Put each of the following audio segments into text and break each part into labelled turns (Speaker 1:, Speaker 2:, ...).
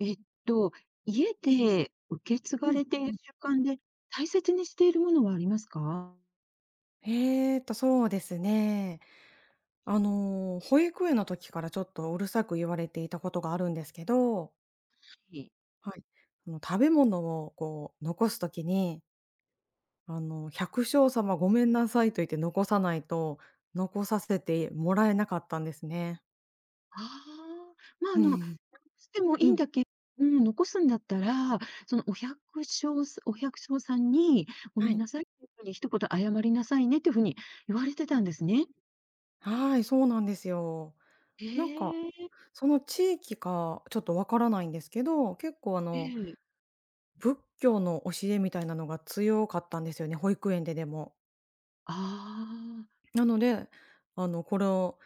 Speaker 1: えっと、家で受け継
Speaker 2: う
Speaker 1: が
Speaker 2: ん、
Speaker 1: れてい
Speaker 2: う
Speaker 1: る
Speaker 2: ん。
Speaker 1: 習慣で、大切にしているものはありますか？は
Speaker 2: そうですね。保育園の時からちょっとうるさく言われていたことがあるんですけど、
Speaker 1: い。
Speaker 2: はい。食べ物をこう残す時に、「百姓様ごめんなさい」と言って残さないと、残させてもらえなかったんですね。
Speaker 1: ああ、まあ、
Speaker 2: う
Speaker 1: 残
Speaker 2: ん。
Speaker 1: してもい
Speaker 2: う
Speaker 1: いん
Speaker 2: ん。
Speaker 1: だけうん、残すんだったら、そのお百姓さんに「ご
Speaker 2: は
Speaker 1: めん
Speaker 2: い。
Speaker 1: なさい」っていうふうに一言謝りなさいねっていうふうに言われてたんですね。
Speaker 2: はい、そうなんですよ。
Speaker 1: え
Speaker 2: なんか、
Speaker 1: え。
Speaker 2: その地域かちょっとわからないんですけど、結構
Speaker 1: ええ。
Speaker 2: 仏教の教えみたいなのが強かったんですよね、保育園ででも。
Speaker 1: ああ、
Speaker 2: なので、これを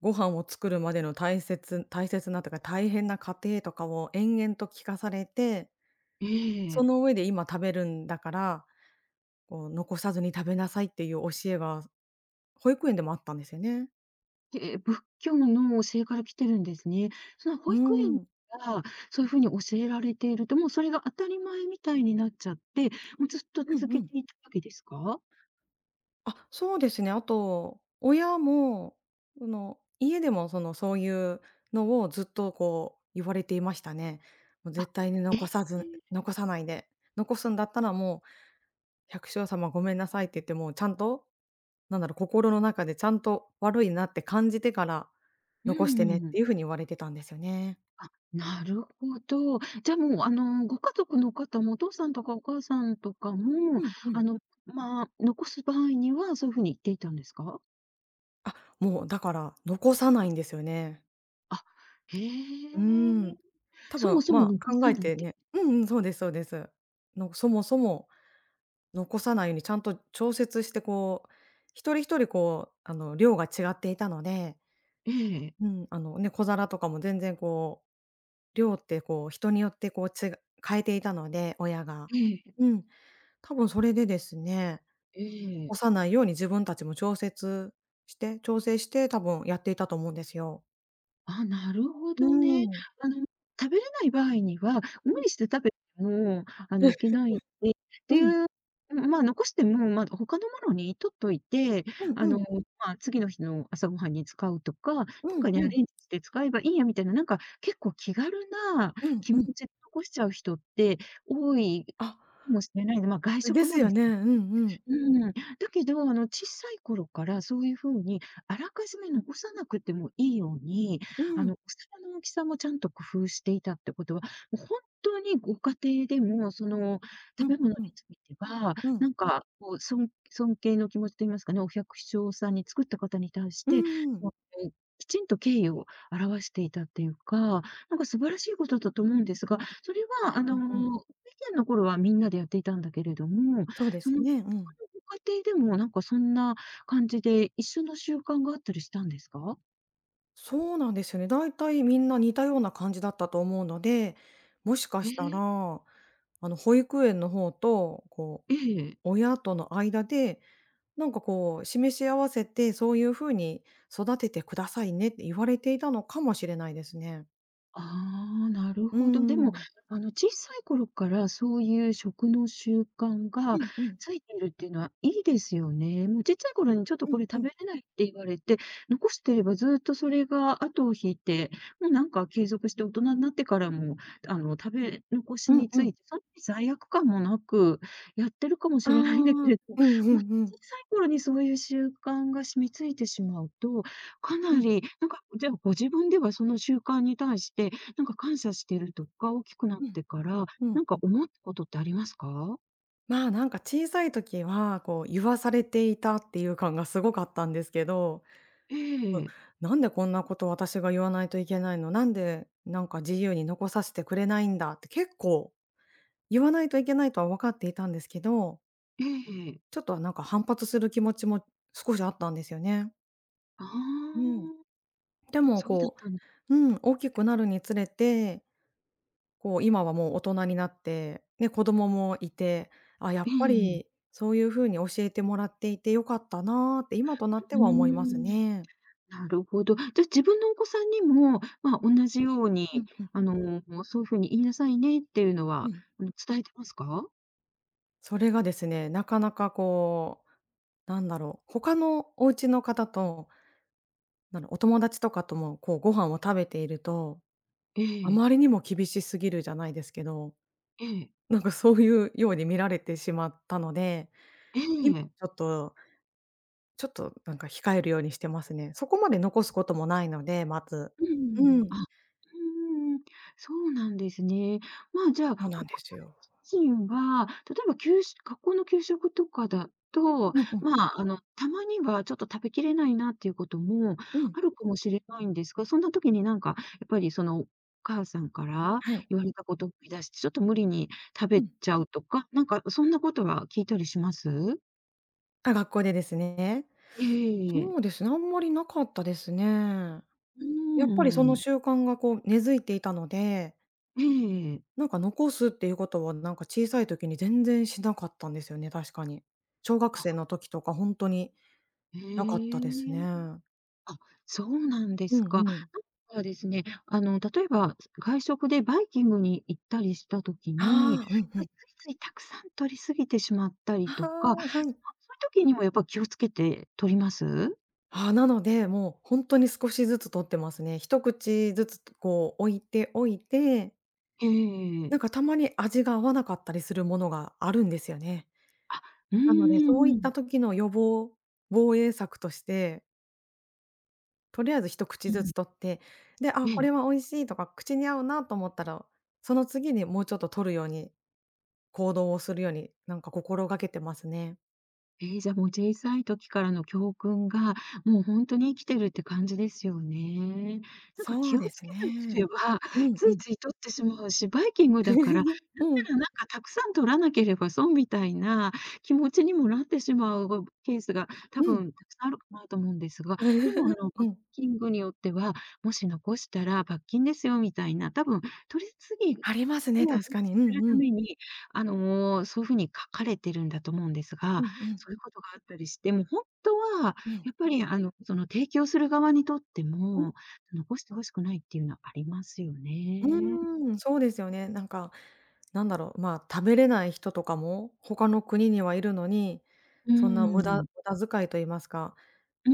Speaker 2: ご飯を作るまでの大切大切なとか、大変な過程とかを延々と聞かされて、
Speaker 1: え
Speaker 2: そ
Speaker 1: え。
Speaker 2: の上で今食べるんだから、こう残さずに食べなさいっていう教えが保育園でもあったんですよね。
Speaker 1: へえ、仏教の教えから来てるんですね。その
Speaker 2: う
Speaker 1: 保育園
Speaker 2: ん。
Speaker 1: がそういう風に教えられていると、もうそれが当たり前みたいになっちゃって、もうずっと
Speaker 2: うんう
Speaker 1: 続け
Speaker 2: ん。
Speaker 1: ていたわけですか？
Speaker 2: あ、そうですね。あと、親も、家でもそういうのをずっとこう言われていましたね。もう
Speaker 1: あ、
Speaker 2: 絶対に
Speaker 1: ええ、
Speaker 2: 残さず残さないで、残すんだったらもう「百姓様ごめんなさい」って言って、もうちゃんと、なんだろう、心の中でちゃんと悪いなって感じてから、
Speaker 1: うん
Speaker 2: 残して
Speaker 1: うん
Speaker 2: ねっ
Speaker 1: うん。
Speaker 2: ていう風に言われてたんですよね。
Speaker 1: あ、なるほど。じゃ、もう、ご家族の方もお父さんとかお母さんとかも、
Speaker 2: うんうん。
Speaker 1: あの、まあ、残す場合にはそういう風に言っていたんですか？
Speaker 2: あ、もうだから残さないんですよね。
Speaker 1: あ、へえ。
Speaker 2: うーん。多
Speaker 1: そも
Speaker 2: 分、
Speaker 1: そも
Speaker 2: まあ、
Speaker 1: 残
Speaker 2: 考
Speaker 1: さ
Speaker 2: え
Speaker 1: ない
Speaker 2: て
Speaker 1: んで、
Speaker 2: ねうんうん、そうですそうです。そもそも残さないようにちゃんと調節してこう、一人一人こう、量が違っていたので、
Speaker 1: ええ、
Speaker 2: うん、あのね、小皿とかも全然こう、量ってこう、人によってこう、変えていたので、親が。
Speaker 1: ええ、
Speaker 2: うん、多分それでですね、
Speaker 1: え
Speaker 2: 押
Speaker 1: え。
Speaker 2: さないように自分たちも調整して、多分やっていたと思うんですよ。
Speaker 1: あ、なるほ
Speaker 2: う
Speaker 1: どね。
Speaker 2: ん。
Speaker 1: あの、食べれない場合には、無理して食べても、いけ ないんで、
Speaker 2: うん。
Speaker 1: ん、まあ、残しても、ま、他のものに取っといて、
Speaker 2: うん
Speaker 1: あ
Speaker 2: う
Speaker 1: の、
Speaker 2: ん。
Speaker 1: ま、次の日の朝ごはんに使うとか、なん
Speaker 2: う
Speaker 1: か
Speaker 2: ん
Speaker 1: ね、ア
Speaker 2: うん。
Speaker 1: レンジして使えばいいやみたいな、なんか結構気軽な
Speaker 2: うん
Speaker 1: 気
Speaker 2: う
Speaker 1: 持
Speaker 2: ん。
Speaker 1: ちで残しちゃう人って多いか
Speaker 2: あ、
Speaker 1: もしれないで、まあ、外
Speaker 2: で
Speaker 1: 食
Speaker 2: す
Speaker 1: も
Speaker 2: よ
Speaker 1: です
Speaker 2: ね。うん
Speaker 1: ね。
Speaker 2: うん。
Speaker 1: うん。だけど、小さい頃からそういう風に、あらかじめ残さなくてもいいように、
Speaker 2: うん。
Speaker 1: お皿の大きさもちゃんと工夫していたってことは、もう本当にご家庭でも、その、
Speaker 2: う
Speaker 1: 食
Speaker 2: ん
Speaker 1: べ物に
Speaker 2: うん。
Speaker 1: ついては、
Speaker 2: うん。
Speaker 1: なんか、こう、尊敬の気持ちと言いますかね、お百姓さんに作った方に対し
Speaker 2: うー
Speaker 1: て、そ
Speaker 2: ん。
Speaker 1: のきちんと敬意を表していたっていうか、なんか素晴らしいことだと思うんですが、それは、
Speaker 2: うんう
Speaker 1: 以
Speaker 2: んうんうんうん
Speaker 1: 前の頃はみんなでやっていたんだけれども、
Speaker 2: そうで
Speaker 1: そ
Speaker 2: す
Speaker 1: の、他の
Speaker 2: ね、うん。
Speaker 1: ご家庭でもなんかそんな感じで、一緒の習慣があったりしたんですか？
Speaker 2: そうなんですよね。だいたいみんな似たような感じだったと思うので、もしか
Speaker 1: へ
Speaker 2: した
Speaker 1: え、
Speaker 2: ら、保育園の方と、こ
Speaker 1: ええ。
Speaker 2: う、親との間で、なんかこう、示し合わせて、そういう風に育ててくださいねって言われていたのかもしれないですね。
Speaker 1: ああ、なる
Speaker 2: う
Speaker 1: ほど。で
Speaker 2: ー
Speaker 1: も、
Speaker 2: ん。
Speaker 1: 小さい頃からそういう食の習慣
Speaker 2: う
Speaker 1: が
Speaker 2: んうん。
Speaker 1: ついているっていうのはいいですよね。もうちっちゃい頃にちょっと
Speaker 2: う
Speaker 1: こ
Speaker 2: ん
Speaker 1: れ
Speaker 2: う
Speaker 1: 食
Speaker 2: ん。
Speaker 1: べれないって言われて、残してればずっとそれが後を引いて、もうなんか継続して大人になってからも、食べ残し
Speaker 2: うん
Speaker 1: に
Speaker 2: う
Speaker 1: つ
Speaker 2: ん。
Speaker 1: いて、そんなに罪悪感もなくやってるかも
Speaker 2: あ
Speaker 1: し
Speaker 2: あ。う
Speaker 1: れないんだけ
Speaker 2: ん
Speaker 1: れども、
Speaker 2: う
Speaker 1: もう
Speaker 2: んう
Speaker 1: 小
Speaker 2: ん。
Speaker 1: さい頃にそういう習慣が染みついてしまうと、かな
Speaker 2: うん
Speaker 1: り、なんか、じゃあ、ご自分ではその習慣に対して、なんか感謝してるとか、大きくなっ
Speaker 2: うん。
Speaker 1: てから、
Speaker 2: う
Speaker 1: な
Speaker 2: ん
Speaker 1: ん
Speaker 2: う
Speaker 1: か
Speaker 2: ん。
Speaker 1: 思ったことってありますか？
Speaker 2: まあ、なんか小さい時は、こう、言わされていたっていう感がすごかったんですけど
Speaker 1: え
Speaker 2: うん、
Speaker 1: え、
Speaker 2: なんでこんなこと私が言わないといけないの、なんでなんか自由に残させてくれないんだって結構言わないといけないとは分かっていたんですけど、
Speaker 1: ええ。
Speaker 2: ちょっとなんか反発する気持ちも少しあったんですよね。
Speaker 1: あ
Speaker 2: うん。
Speaker 1: あ、
Speaker 2: でも
Speaker 1: そうだっ
Speaker 2: こ
Speaker 1: たん、
Speaker 2: う、大きくなるにつれて、こう今はもう大人になって、ね、子供もいて、あ、や
Speaker 1: え
Speaker 2: っぱり
Speaker 1: え、
Speaker 2: そういう風に教えてもらっていて良かったなーって今となって
Speaker 1: うー
Speaker 2: は思います
Speaker 1: ん、
Speaker 2: ね。
Speaker 1: なるほど。じゃ、自分のお子さんにも、まあ、同じよう
Speaker 2: う
Speaker 1: に、
Speaker 2: んうん。
Speaker 1: あの、もうそういうふうに言いなさいねっていうの
Speaker 2: う
Speaker 1: は、
Speaker 2: ん。
Speaker 1: 伝えてますか？
Speaker 2: それがですね、なかなかこう、なんだろう、他のお家の方と、なんだお友達とかとも、こう、ご飯を食べていると、
Speaker 1: え
Speaker 2: あ
Speaker 1: え、
Speaker 2: まりにも厳しすぎるじゃないですけど、
Speaker 1: ええ、
Speaker 2: なんかそういうように見られてしまったので、
Speaker 1: え
Speaker 2: 今
Speaker 1: え。
Speaker 2: ちょっとなんか控えるようにしてますね。そこまで残すこともないので、まず。
Speaker 1: う
Speaker 2: う
Speaker 1: ん、
Speaker 2: ん、
Speaker 1: あ、うんうん、そうなんですね。まあ、じゃ
Speaker 2: そう
Speaker 1: あ、
Speaker 2: な
Speaker 1: お
Speaker 2: んで
Speaker 1: 子さ
Speaker 2: すよ。
Speaker 1: ん自身は、例えば給食学校の給食とかだと、
Speaker 2: うんうん。
Speaker 1: まあ、たまにはちょっと食べきれないなっていうことも
Speaker 2: うん。
Speaker 1: あるかもしれないんですが、そんな時になんか、やっぱりその、お母さんから
Speaker 2: はい。
Speaker 1: 言われたことを思い出して、ちょっと無理に食
Speaker 2: う
Speaker 1: べ
Speaker 2: ん。
Speaker 1: ちゃうとか、なんかそんなことは聞いたりします？
Speaker 2: あ、学校でですね。
Speaker 1: ええ。
Speaker 2: そうですね、あんまりなかったですね。
Speaker 1: う
Speaker 2: やっぱりその
Speaker 1: ん。
Speaker 2: 習慣がこう根付いていたので、
Speaker 1: ええ。
Speaker 2: なんか残すっていうことはなんか小さい時に全然しなかったんですよね、確かに。小学
Speaker 1: あ、
Speaker 2: 生の時とか本当に
Speaker 1: へ
Speaker 2: なかったですね。
Speaker 1: え。あ、そうなんで
Speaker 2: うん
Speaker 1: すか。
Speaker 2: うん。
Speaker 1: なんかですね、例えば、外食でバイキングに行ったりしたときに、
Speaker 2: ああ、うんう
Speaker 1: つ
Speaker 2: ん。
Speaker 1: いついたくさん取りすぎてしまった
Speaker 2: あ
Speaker 1: りとか、そうい
Speaker 2: あ、はい。
Speaker 1: う時にもやっぱ気をつけて取ります？
Speaker 2: ああ、なので、もう本当に少しずつ取ってますね。一口ずつこう置いておいて、な
Speaker 1: ええ、
Speaker 2: んかたまに味が合わなかったりするものがあるんですよね。
Speaker 1: あ、うー
Speaker 2: なので、そういった
Speaker 1: ん、
Speaker 2: 時の防衛策としてとりあえず一口
Speaker 1: ん。う
Speaker 2: ず
Speaker 1: ん。
Speaker 2: つ取って、で、あ、
Speaker 1: え
Speaker 2: こ
Speaker 1: え。
Speaker 2: れは美味しいとか、口に合うなと思ったら、その次にもうちょっと取るように、行動をするように、なんか心がけてますね。
Speaker 1: じゃあもう小さい時からの教訓が、もう本当に生きてるって感じですよね。なんか
Speaker 2: そう
Speaker 1: 気を
Speaker 2: で
Speaker 1: つ
Speaker 2: す
Speaker 1: けなけ
Speaker 2: ね。
Speaker 1: れば、
Speaker 2: うん
Speaker 1: つ
Speaker 2: う
Speaker 1: い
Speaker 2: ん。
Speaker 1: つい取ってしまうし、バイキングだから、だか
Speaker 2: うん、
Speaker 1: らなんかたくさん取らなければ損みたいな気持ちにもなってしまうケースが多
Speaker 2: うん。
Speaker 1: 分たくさんあるかなと思うんですが、でもバ
Speaker 2: う
Speaker 1: イ
Speaker 2: ん。
Speaker 1: キングによっては、もし残したら罰金ですよみたいな、多分取り次ぎ
Speaker 2: ありますね、
Speaker 1: を防
Speaker 2: 確
Speaker 1: 止
Speaker 2: かに。う
Speaker 1: す
Speaker 2: ん
Speaker 1: る
Speaker 2: う
Speaker 1: た
Speaker 2: ん。
Speaker 1: めに、そういう風に書かれてるんだと思うんです
Speaker 2: う
Speaker 1: が、
Speaker 2: んうん。
Speaker 1: そういうことがあったりして、もうほんとは、
Speaker 2: うん。
Speaker 1: やっぱりその提供する側にとって
Speaker 2: うん
Speaker 1: も、残して欲しくないっていうのはありますよ
Speaker 2: う
Speaker 1: ね。
Speaker 2: ーん、そうですよね。なんか、なんだろう、まあ、食べれない人とかも、他の国にはいるのに、
Speaker 1: う
Speaker 2: そんな無
Speaker 1: ー
Speaker 2: 駄
Speaker 1: ん。
Speaker 2: 無駄遣いと言いますか
Speaker 1: うー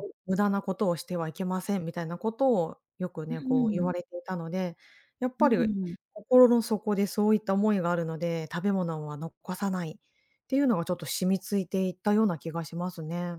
Speaker 1: ん。
Speaker 2: 無駄なことをしてはいけませんみたいなことをよく
Speaker 1: う
Speaker 2: ね、こう言
Speaker 1: ー
Speaker 2: わ
Speaker 1: ん。
Speaker 2: れていたので、やっ
Speaker 1: う
Speaker 2: ぱ
Speaker 1: ー
Speaker 2: り
Speaker 1: ん。
Speaker 2: 心の底でそういった思いがあるので、食べ物は残さないっていうのがちょっと染み付いていったような気がしますね。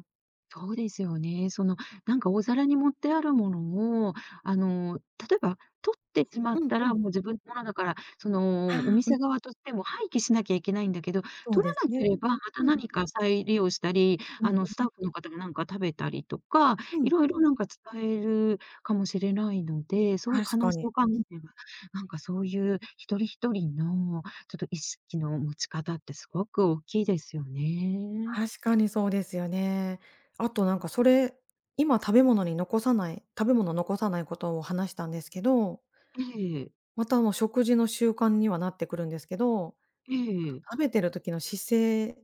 Speaker 1: そうですよね。その、なんか大皿に盛ってあるものを、あの、例えば取ってしま
Speaker 2: う
Speaker 1: っ
Speaker 2: ん
Speaker 1: た
Speaker 2: う
Speaker 1: ら、
Speaker 2: ん。
Speaker 1: もう自分のものだから、そ
Speaker 2: ああ、
Speaker 1: の、お
Speaker 2: うん、
Speaker 1: 店側としても廃棄しなきゃいけないんだけど、
Speaker 2: そう
Speaker 1: 取
Speaker 2: で
Speaker 1: ら
Speaker 2: す
Speaker 1: な
Speaker 2: ね。
Speaker 1: ければ、また
Speaker 2: うん。
Speaker 1: 何か再利用したり、
Speaker 2: うんう
Speaker 1: スタッフの方がなんか食べたりとか、
Speaker 2: ん。う
Speaker 1: い
Speaker 2: ん。
Speaker 1: ろいろなんか伝えるかもしれないので、そういう可
Speaker 2: 確か
Speaker 1: 能性
Speaker 2: に。
Speaker 1: を考
Speaker 2: うん。
Speaker 1: えれば、なんかそういう一人一人のちょっと意識の持ち方ってすごく大きいですよね。
Speaker 2: 確かにそうですよね。あとなんかそれ、今食べ物に残さない食べ物残さないことを話したんですけど、
Speaker 1: ええ、
Speaker 2: また食事の習慣にはなってくるんですけど
Speaker 1: ええ。
Speaker 2: 食べてる時の姿勢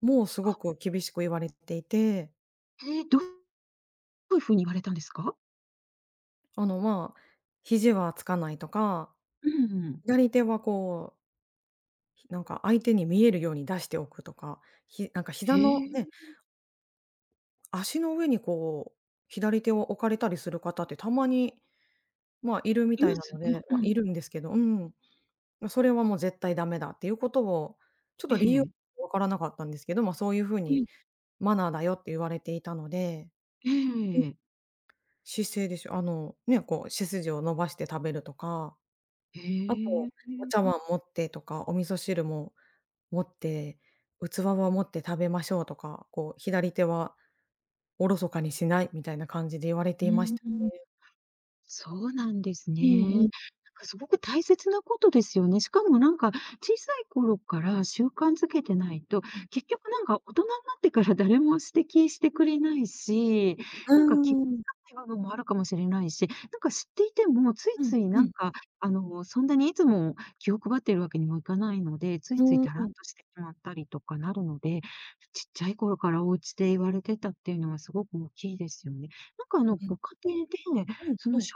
Speaker 2: もすごく厳しく言われていて、
Speaker 1: ええ、どういう風に言われたんですか？
Speaker 2: まあ、肘はつかないとか、
Speaker 1: うんうん。
Speaker 2: 左手はこう、なんか相手に見えるように出しておくとか、なんか膝
Speaker 1: へ
Speaker 2: の
Speaker 1: え、
Speaker 2: ね、足の上にこう、左手を置かれたりする方ってたまに、まあ、いるみ
Speaker 1: い
Speaker 2: た
Speaker 1: ま
Speaker 2: いな
Speaker 1: す
Speaker 2: の
Speaker 1: ね。
Speaker 2: で、
Speaker 1: う
Speaker 2: まあ、
Speaker 1: ん。
Speaker 2: いるんですけど、うん。ま、それはもう絶対ダメだっていうことを、ちょっ
Speaker 1: え
Speaker 2: と理由
Speaker 1: え。
Speaker 2: わからなかったんですけど、まあ、そういう風
Speaker 1: え
Speaker 2: に
Speaker 1: え。
Speaker 2: マナーだよって言われていたので
Speaker 1: え
Speaker 2: うん。
Speaker 1: え。
Speaker 2: 姿勢でしょ。ね、こう背筋を伸ばして食べるとか、あと、
Speaker 1: へえ。
Speaker 2: お茶碗持ってとか、お味噌汁も持って、器は持って食べましょうとか、こう左手はおろそかにしないみたいな感じで言われ
Speaker 1: う
Speaker 2: ていまし
Speaker 1: ー
Speaker 2: た。
Speaker 1: ん。そうなんです
Speaker 2: うん
Speaker 1: ね。
Speaker 2: う
Speaker 1: な
Speaker 2: ん
Speaker 1: ん
Speaker 2: う
Speaker 1: かすごく大切なことですよね。しかもなんか小さい頃から習慣づけてないと、
Speaker 2: ん。
Speaker 1: 結局なんか大人になってから誰も指摘してくれないし、
Speaker 2: うー
Speaker 1: なんか気が
Speaker 2: ん。
Speaker 1: つかない部分もあるかもしれないし、なんか知っていてもつい
Speaker 2: うん
Speaker 1: つい
Speaker 2: う
Speaker 1: なん
Speaker 2: ん。
Speaker 1: か、そんなにいつも気を配ってるわけにもいかないので、ついつい
Speaker 2: うー
Speaker 1: だらっ
Speaker 2: ん。
Speaker 1: としてしまったりとかなるので、ちっちゃい頃からお家で言われてたっていうのはすごく大きいですよね。なんか
Speaker 2: うん。
Speaker 1: ご家庭で
Speaker 2: うん
Speaker 1: そ
Speaker 2: う
Speaker 1: の
Speaker 2: ん。
Speaker 1: 食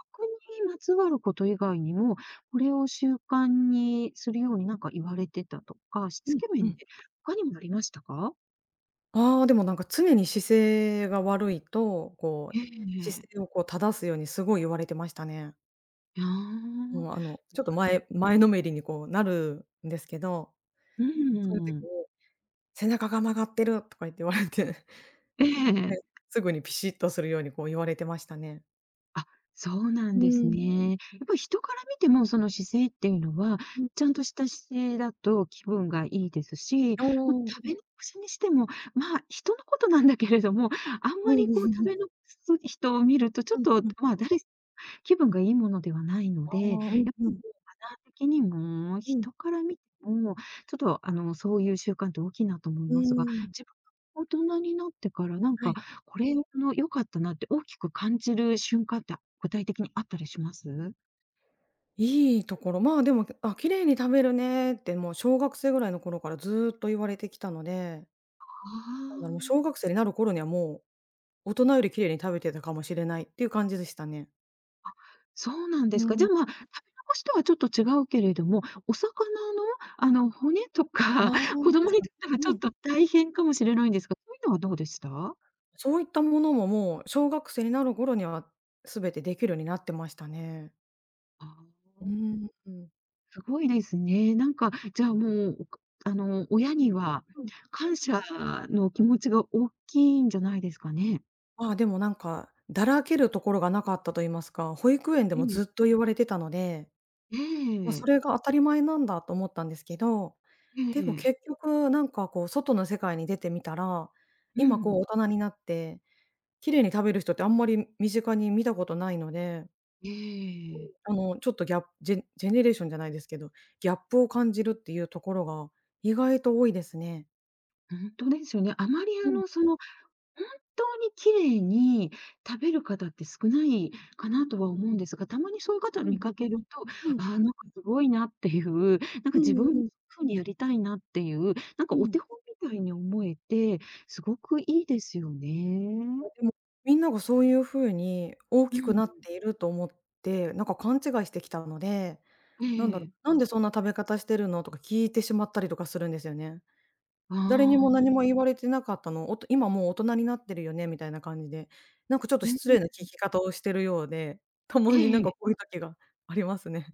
Speaker 1: にまつわること以外にも、これを習慣にするようになんか言われてたとか、し
Speaker 2: う
Speaker 1: つ
Speaker 2: ん
Speaker 1: け
Speaker 2: う
Speaker 1: 面
Speaker 2: ん。
Speaker 1: で他にもありましたか？
Speaker 2: ああ、でもなんか常に姿勢が悪いと、こう姿
Speaker 1: ええ、
Speaker 2: 勢をこう正すようにすごい言われてましたね。
Speaker 1: あ
Speaker 2: もう、
Speaker 1: あ。
Speaker 2: ちょっと前のめりにこうなるんですけど、
Speaker 1: う
Speaker 2: そういう時
Speaker 1: ーん。
Speaker 2: に「背中が曲がってる」とか言われて、
Speaker 1: え
Speaker 2: はい
Speaker 1: え。
Speaker 2: すぐにピシッとするようにこう言われてましたね。
Speaker 1: あ、そうなん
Speaker 2: う
Speaker 1: です
Speaker 2: ん、
Speaker 1: ね。やっぱり人から見ても、その姿勢っていうのは、
Speaker 2: うん、
Speaker 1: ちゃんとした姿勢だと気分がいいですし、も
Speaker 2: ああ、
Speaker 1: う
Speaker 2: う
Speaker 1: 食
Speaker 2: ん
Speaker 1: べ残しにしても、まあ、人のことなんだけれども、あん
Speaker 2: う
Speaker 1: ま
Speaker 2: んう
Speaker 1: り
Speaker 2: ん
Speaker 1: こう
Speaker 2: う
Speaker 1: 食
Speaker 2: ん。
Speaker 1: べ残す人を見ると、ちょ
Speaker 2: う
Speaker 1: っ
Speaker 2: ん
Speaker 1: と、
Speaker 2: うん。
Speaker 1: まあ、誰気分がいいものではないの
Speaker 2: ああ、
Speaker 1: で、やっ
Speaker 2: うん
Speaker 1: ぱ
Speaker 2: う
Speaker 1: り
Speaker 2: ん。
Speaker 1: こうマナー的にも、
Speaker 2: うん、
Speaker 1: 人から見ても、ちょっとそういう習慣って大きいなと思い
Speaker 2: う
Speaker 1: ますが、
Speaker 2: ーん。
Speaker 1: 自分が大人になってから、なん
Speaker 2: は
Speaker 1: か、
Speaker 2: い。
Speaker 1: これ良かったなって大きく感じる瞬間って具体的にあったりします？
Speaker 2: いいところ、まあ、でも、あ、綺麗に食べるねってもう小学生ぐらいの頃からずっと言われてきたので、
Speaker 1: あ
Speaker 2: なんだろう、もう小学
Speaker 1: あ。
Speaker 2: 生になる頃にはもう、大人より綺麗に食べてたかもしれないっていう感じでしたね。
Speaker 1: そうなんで
Speaker 2: う
Speaker 1: すか。じゃ
Speaker 2: ん。
Speaker 1: あ、まあ、食べ残しとはちょっと違うけれども、お魚の、骨とか、
Speaker 2: ああ、
Speaker 1: 子供
Speaker 2: 確
Speaker 1: に
Speaker 2: か
Speaker 1: とって
Speaker 2: に。
Speaker 1: はちょ
Speaker 2: う
Speaker 1: っ
Speaker 2: ん。
Speaker 1: と大変かもしれないんですが、そういうのはどうでした？あ
Speaker 2: そういったものも、もう小学生になる頃には全てできるようになってましたね。
Speaker 1: あ。
Speaker 2: うーん、うん。
Speaker 1: すごいですね。なんか、じゃあ、もう、おかあの、親には感謝の気持ちが大きいんじゃないですかね？
Speaker 2: まあ、でもなんか、だらけるところがなかったと言いますか、保育園で
Speaker 1: え
Speaker 2: も
Speaker 1: え。
Speaker 2: ずっと言われてたので、
Speaker 1: え
Speaker 2: ま、そ
Speaker 1: え。
Speaker 2: れが当たり前なんだと思ったんですけど、
Speaker 1: え
Speaker 2: でも
Speaker 1: え。
Speaker 2: 結局なんかこう外の世界に出てみたら、
Speaker 1: う
Speaker 2: 今こう
Speaker 1: ん。
Speaker 2: 大人になって、綺麗に食べる人ってあんまり身近に見たことないので
Speaker 1: ええ。
Speaker 2: ちょっとギャップジェネレーションじゃないですけど、ギャップを感じるっていうところが意外と多いですね。
Speaker 1: ほんとですよね。あまり、
Speaker 2: うん、
Speaker 1: その本当に綺麗に食べる方って少ないかなとは思うんですが、たまにそういう方を
Speaker 2: う
Speaker 1: 見
Speaker 2: ん、
Speaker 1: かけると、
Speaker 2: うん、
Speaker 1: ああ、なんかすごいなっていう、なんか
Speaker 2: う
Speaker 1: 自
Speaker 2: ん
Speaker 1: 分も
Speaker 2: うん、
Speaker 1: そういう風にやりたいなっていう、なん
Speaker 2: う
Speaker 1: かお手
Speaker 2: ん。
Speaker 1: 本みたいに思えて、すごくいいですよね。
Speaker 2: あ、でも、みんながそういう風に大
Speaker 1: う
Speaker 2: きく
Speaker 1: ん。
Speaker 2: なっていると思って、なんか勘違いしてきたので、
Speaker 1: え
Speaker 2: なんだろ
Speaker 1: え。
Speaker 2: う、「なんでそんな食べ方してるの？」とか聞いてしまったりとかするんですよね。
Speaker 1: あ
Speaker 2: 誰にも
Speaker 1: あ、
Speaker 2: 何も言われてなかったのを、「今もう大人になってるよね」みたいな感じで、なんかちょっと
Speaker 1: うん。
Speaker 2: 失礼な聞き方をしてるようで、たまになん
Speaker 1: え
Speaker 2: か
Speaker 1: え。
Speaker 2: こういう時がありますね。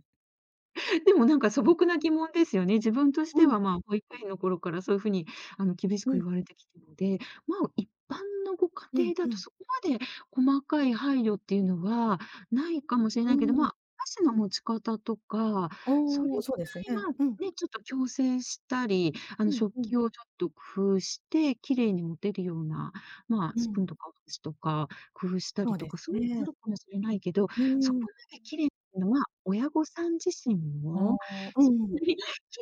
Speaker 1: でもなんか素朴な疑問ですよね。自分とし
Speaker 2: う
Speaker 1: て
Speaker 2: ん、
Speaker 1: は、まあ、保育園の頃からそういうふうに、厳し
Speaker 2: う
Speaker 1: く
Speaker 2: ん、
Speaker 1: 言われてきたので、まあ、一般のご家
Speaker 2: うん
Speaker 1: 庭
Speaker 2: う
Speaker 1: だと
Speaker 2: ん。
Speaker 1: そこまで細かい配慮っていうのはないかもしれ
Speaker 2: う
Speaker 1: な
Speaker 2: ー
Speaker 1: いけど、ま
Speaker 2: ん。
Speaker 1: あ、箸の持ち方とか、それ
Speaker 2: お
Speaker 1: ぐ
Speaker 2: お、そうですね。
Speaker 1: らい、まあ、
Speaker 2: うん。
Speaker 1: ね、ちょっと矯正したり、
Speaker 2: うん
Speaker 1: 食
Speaker 2: うん。
Speaker 1: 器をちょっと工夫して、綺麗に持てるような、まあ、
Speaker 2: う
Speaker 1: スプ
Speaker 2: ん。
Speaker 1: ーンとかお箸とか工夫した
Speaker 2: そ
Speaker 1: り
Speaker 2: う
Speaker 1: と
Speaker 2: です
Speaker 1: か、そういうのあ
Speaker 2: ね。
Speaker 1: るかもしれないけど、
Speaker 2: うー
Speaker 1: そこ
Speaker 2: ん。
Speaker 1: まで綺麗のは、親御さん自身
Speaker 2: あ
Speaker 1: も、
Speaker 2: あ、うん
Speaker 1: そ
Speaker 2: う
Speaker 1: ん
Speaker 2: ん。
Speaker 1: なに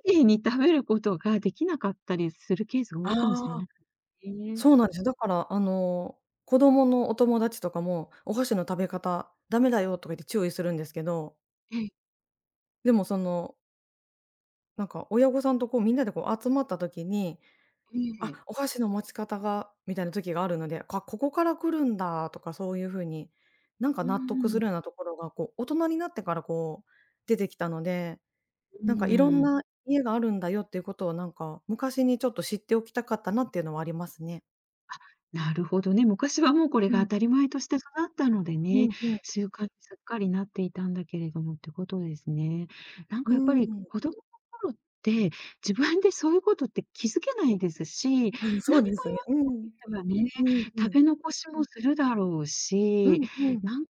Speaker 1: 綺麗に食べることができなかったりするケースが多いかもしれ
Speaker 2: ああ、
Speaker 1: ないね。
Speaker 2: そうなんですよ。だから、子供のお友達とかも「お箸の食べ方ダメだよ」とか言って注意するんですけど、
Speaker 1: ええ
Speaker 2: でもなんか親御さんとこうみんなでこう集まった時に
Speaker 1: え
Speaker 2: あ、
Speaker 1: え。
Speaker 2: お箸の持ち方がみたいな時があるので、ここから来るんだとかそういう風に、なんか
Speaker 1: う
Speaker 2: 納得
Speaker 1: んう
Speaker 2: す
Speaker 1: ん。
Speaker 2: るようなところがこう大人になってからこう出てきたので、
Speaker 1: う
Speaker 2: なんかいろん
Speaker 1: ーん。
Speaker 2: な家があるんだよっていうことをなんか昔にちょっと知っておきたかったなっていうのはありますね。
Speaker 1: なるほどね。昔はもうこれ
Speaker 2: う
Speaker 1: が
Speaker 2: ん、
Speaker 1: 当たり前として育ったので
Speaker 2: う
Speaker 1: ね、
Speaker 2: ん、うん、
Speaker 1: 習慣にすっかりなっていたんだけれどもってことですね。なん
Speaker 2: う
Speaker 1: かやっぱ
Speaker 2: ー
Speaker 1: り子
Speaker 2: ん。
Speaker 1: 供の頃って、自分でそういうことって気づけないですし、何も 言
Speaker 2: そう
Speaker 1: わな
Speaker 2: ですね。う
Speaker 1: け
Speaker 2: ん。
Speaker 1: ればね、
Speaker 2: うん、う
Speaker 1: 食
Speaker 2: ん。
Speaker 1: べ残しもするだろう
Speaker 2: う
Speaker 1: し、
Speaker 2: ん、うん。
Speaker 1: なん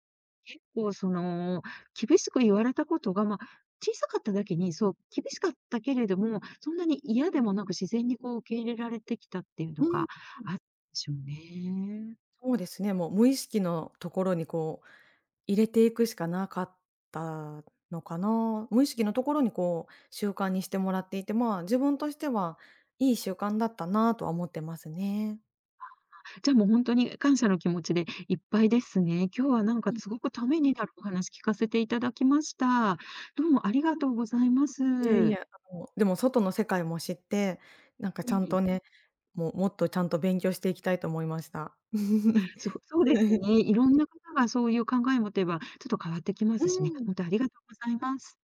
Speaker 1: 結構その、厳しく言われたことが、まあ、小さかっただけに、そう、厳しかったけれども、そんなに嫌でもなく自然にこう受け入れられてきたっていう
Speaker 2: う
Speaker 1: の
Speaker 2: ん、
Speaker 1: があっでしょうね。
Speaker 2: そうですね、もう無意識のところにこう入れていくしかなかったのかな。無意識のところにこう習慣にしてもらっていて、まあ、自分としてはいい習慣だったなとは思ってますね。
Speaker 1: じゃあもう本当に感謝の気持ちでいっぱいですね。今日はなんか
Speaker 2: うん。
Speaker 1: すごくためになるお話聞かせていただきました。どうもありがとうございま
Speaker 2: いやい
Speaker 1: す。
Speaker 2: や、でも外の世界も知って、なんかち
Speaker 1: え
Speaker 2: ゃん
Speaker 1: え、
Speaker 2: とね、もっとちゃんと勉強していきたいと思いました。
Speaker 1: そう、そうですね。いろんな方がそういう考えを持てば、ちょっと変わってきま
Speaker 2: う
Speaker 1: すしね。
Speaker 2: ん。
Speaker 1: 本当にありがとうございます。